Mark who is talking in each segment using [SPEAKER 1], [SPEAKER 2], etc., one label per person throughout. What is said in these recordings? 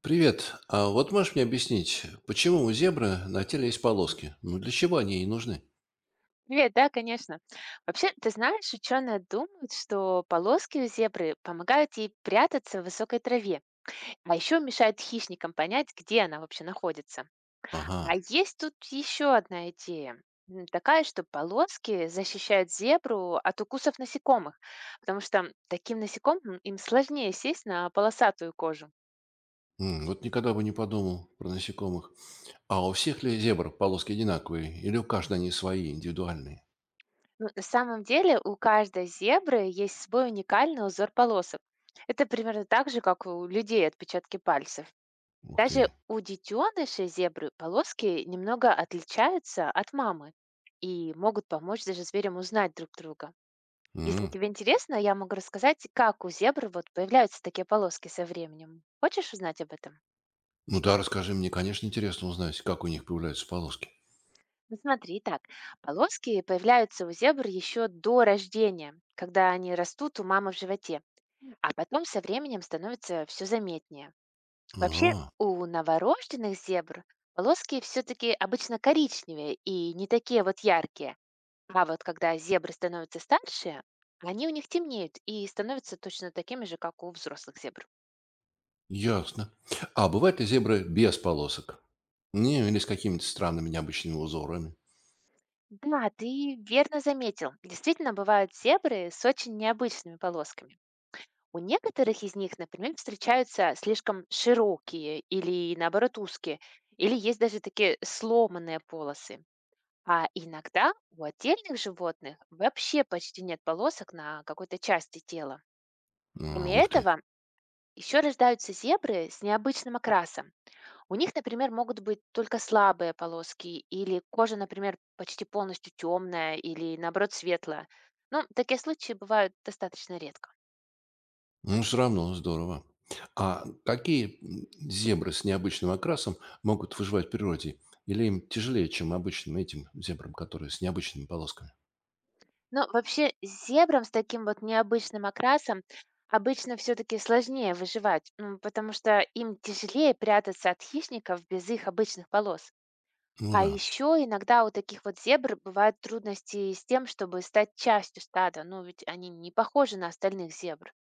[SPEAKER 1] Привет. А вот можешь мне объяснить, почему у зебры на теле есть полоски? Ну, для чего они ей нужны?
[SPEAKER 2] Привет, да, конечно. Вообще, ты знаешь, ученые думают, что полоски у зебры помогают ей прятаться в высокой траве, а еще мешают хищникам понять, где она вообще находится. А
[SPEAKER 1] Ага.
[SPEAKER 2] есть тут еще одна идея. Такая, что полоски защищают зебру от укусов насекомых, потому что таким насекомым им сложнее сесть на полосатую кожу.
[SPEAKER 1] Вот никогда бы не подумал про насекомых. А у всех ли зебр полоски одинаковые? Или у каждой они свои, индивидуальные?
[SPEAKER 2] Ну, на самом деле у каждой зебры есть свой уникальный узор полосок. Это примерно так же, как у людей отпечатки пальцев.
[SPEAKER 1] Ух
[SPEAKER 2] Даже
[SPEAKER 1] ты.
[SPEAKER 2] у детенышей зебры полоски немного отличаются от мамы и могут помочь даже зверям узнать друг друга. Если
[SPEAKER 1] М.
[SPEAKER 2] тебе интересно, я могу рассказать, как у зебры вот появляются такие полоски со временем. Хочешь узнать об этом?
[SPEAKER 1] Ну да, расскажи мне, конечно, интересно узнать, как у них появляются полоски.
[SPEAKER 2] Ну, смотри, так, полоски появляются у зебр еще до рождения, когда они растут у мамы в животе, а потом со временем становится все заметнее. Вообще,
[SPEAKER 1] Ага,
[SPEAKER 2] у новорожденных зебр полоски все-таки обычно коричневые и не такие вот яркие. А вот когда зебры становятся старше, они у них темнеют и становятся точно такими же, как у взрослых зебр.
[SPEAKER 1] ясно. А бывают ли зебры без полосок? Не, или с какими-то странными необычными узорами?
[SPEAKER 2] Да, ты верно заметил. Действительно, бывают зебры с очень необычными полосками. У некоторых из них, например, встречаются слишком широкие или, наоборот, узкие, или есть даже такие сломанные полосы. А иногда у отдельных животных вообще почти нет полосок на какой-то части тела.
[SPEAKER 1] А,
[SPEAKER 2] Кроме
[SPEAKER 1] ух ты.
[SPEAKER 2] этого, еще рождаются зебры с необычным окрасом. У них, например, могут быть только слабые полоски, или кожа, например, почти полностью темная, или наоборот светлая. Ну, такие случаи бывают достаточно редко.
[SPEAKER 1] Ну, все равно здорово. А какие, зебры с необычным окрасом могут выживать в природе? Или им тяжелее, чем обычным этим зебрам, которые с необычными полосками?
[SPEAKER 2] Но вообще зебрам с таким вот необычным окрасом обычно все-таки сложнее выживать, ну, потому что им тяжелее прятаться от хищников без их обычных полос.
[SPEAKER 1] Ну
[SPEAKER 2] А
[SPEAKER 1] да.
[SPEAKER 2] еще иногда у таких вот зебр бывают трудности с тем, чтобы стать частью стада, ну ведь они не похожи на остальных зебр.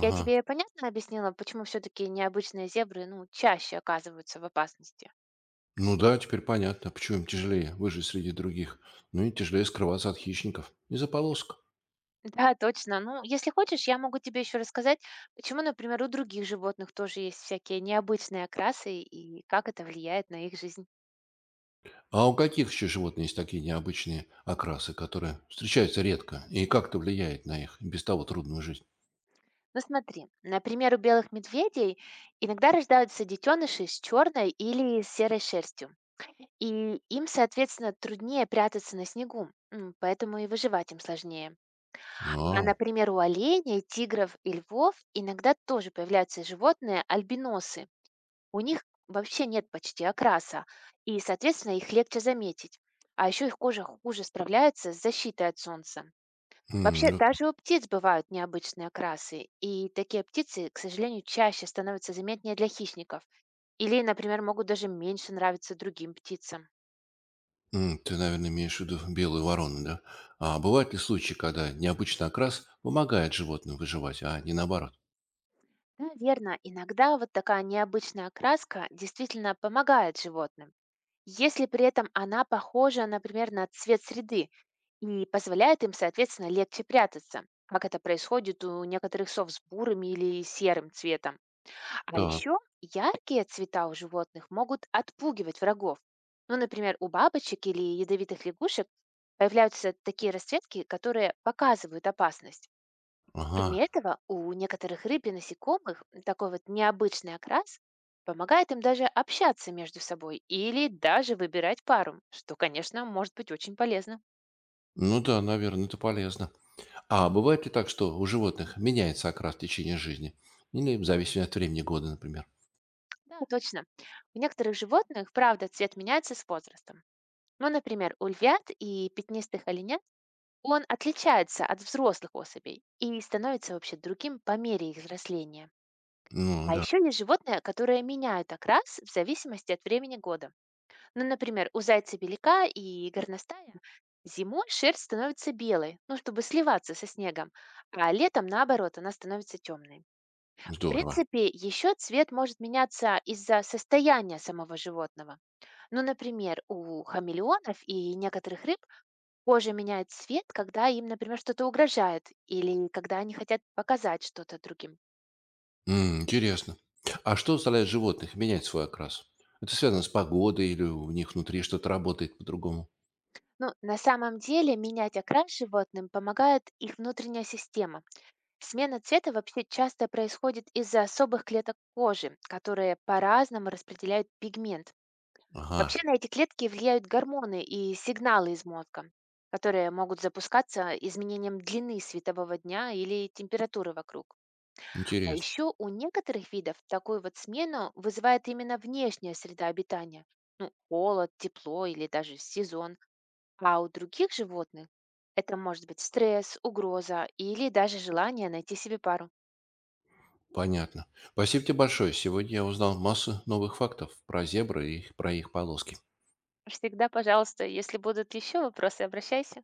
[SPEAKER 2] Я тебе понятно объяснила, почему все-таки необычные зебры, ну, чаще оказываются в опасности?
[SPEAKER 1] Ну да, теперь понятно, почему им тяжелее выжить среди других. Ну и тяжелее скрываться от хищников из-за полосок.
[SPEAKER 2] Да, точно. Ну, если хочешь, я могу тебе еще рассказать, почему, например, у других животных тоже есть всякие необычные окрасы и как это влияет на их жизнь.
[SPEAKER 1] А у каких еще животных есть такие необычные окрасы, которые встречаются редко? И как это влияет на их без того трудную жизнь?
[SPEAKER 2] Ну смотри, например, у белых медведей иногда рождаются детеныши с черной или серой шерстью. И им, соответственно, труднее прятаться на снегу, поэтому и выживать им сложнее. А,
[SPEAKER 1] А,
[SPEAKER 2] например, у оленей, тигров и львов иногда тоже появляются животные альбиносы. У них вообще нет почти окраса, и, соответственно, их легче заметить. А еще их кожа хуже справляется с защитой от солнца.
[SPEAKER 1] м,
[SPEAKER 2] Вообще,
[SPEAKER 1] ну
[SPEAKER 2] даже у птиц бывают необычные окрасы, и такие птицы, к сожалению, чаще становятся заметнее для хищников. Или, например, могут даже меньше нравиться другим птицам.
[SPEAKER 1] Ты, наверное, имеешь в виду белую ворону, да? А бывают ли случаи, когда необычный окрас помогает животным выживать, а не наоборот?
[SPEAKER 2] Да, верно. Иногда вот такая необычная окраска действительно помогает животным, если при этом она похожа, например, на цвет среды и позволяет им, соответственно, легче прятаться, как это происходит у некоторых сов с бурым или серым цветом. А
[SPEAKER 1] Так,
[SPEAKER 2] еще яркие цвета у животных могут отпугивать врагов. Ну, например, у бабочек или ядовитых лягушек появляются такие расцветки, которые показывают опасность.
[SPEAKER 1] ага.
[SPEAKER 2] Кроме этого, у некоторых рыб и насекомых такой вот необычный окрас помогает им даже общаться между собой или даже выбирать пару, что, конечно, может быть очень полезно.
[SPEAKER 1] Ну да, наверное, это полезно. А бывает ли так, что у животных меняется окрас в течение жизни? Или в зависимости от времени года, например?
[SPEAKER 2] Да, точно. У некоторых животных, правда, цвет меняется с возрастом. Ну, например, у львят и пятнистых оленят он отличается от взрослых особей и становится вообще другим по мере их взросления.
[SPEAKER 1] Ну
[SPEAKER 2] А
[SPEAKER 1] да,
[SPEAKER 2] еще есть животные, которые меняют окрас в зависимости от времени года. Ну, например, у зайца белика и горностая зимой шерсть становится белой, ну, чтобы сливаться со снегом, а летом, наоборот, она становится темной. В
[SPEAKER 1] здорово.
[SPEAKER 2] принципе, еще цвет может меняться из-за состояния самого животного. Ну, например, у хамелеонов и некоторых рыб кожа меняет цвет, когда им, например, что-то угрожает или когда они хотят показать что-то другим.
[SPEAKER 1] Интересно. А что заставляет животных менять свой окрас? Это связано с погодой или у них внутри что-то работает по-другому?
[SPEAKER 2] Ну, на самом деле менять окрас животным помогает их внутренняя система. Смена цвета вообще часто происходит из-за особых клеток кожи, которые по-разному распределяют пигмент.
[SPEAKER 1] Ага,
[SPEAKER 2] Вообще на эти клетки влияют гормоны и сигналы из мозга, которые могут запускаться изменением длины светового дня или температуры вокруг. А
[SPEAKER 1] интересно.
[SPEAKER 2] еще у некоторых видов такую вот смену вызывает именно внешняя среда обитания. Ну, холод, тепло или даже сезон. А у других животных это может быть стресс, угроза или даже желание найти себе пару.
[SPEAKER 1] Понятно. Спасибо тебе большое. Сегодня я узнал массу новых фактов про зебры и про их полоски.
[SPEAKER 2] Всегда пожалуйста. Если будут еще вопросы, обращайся.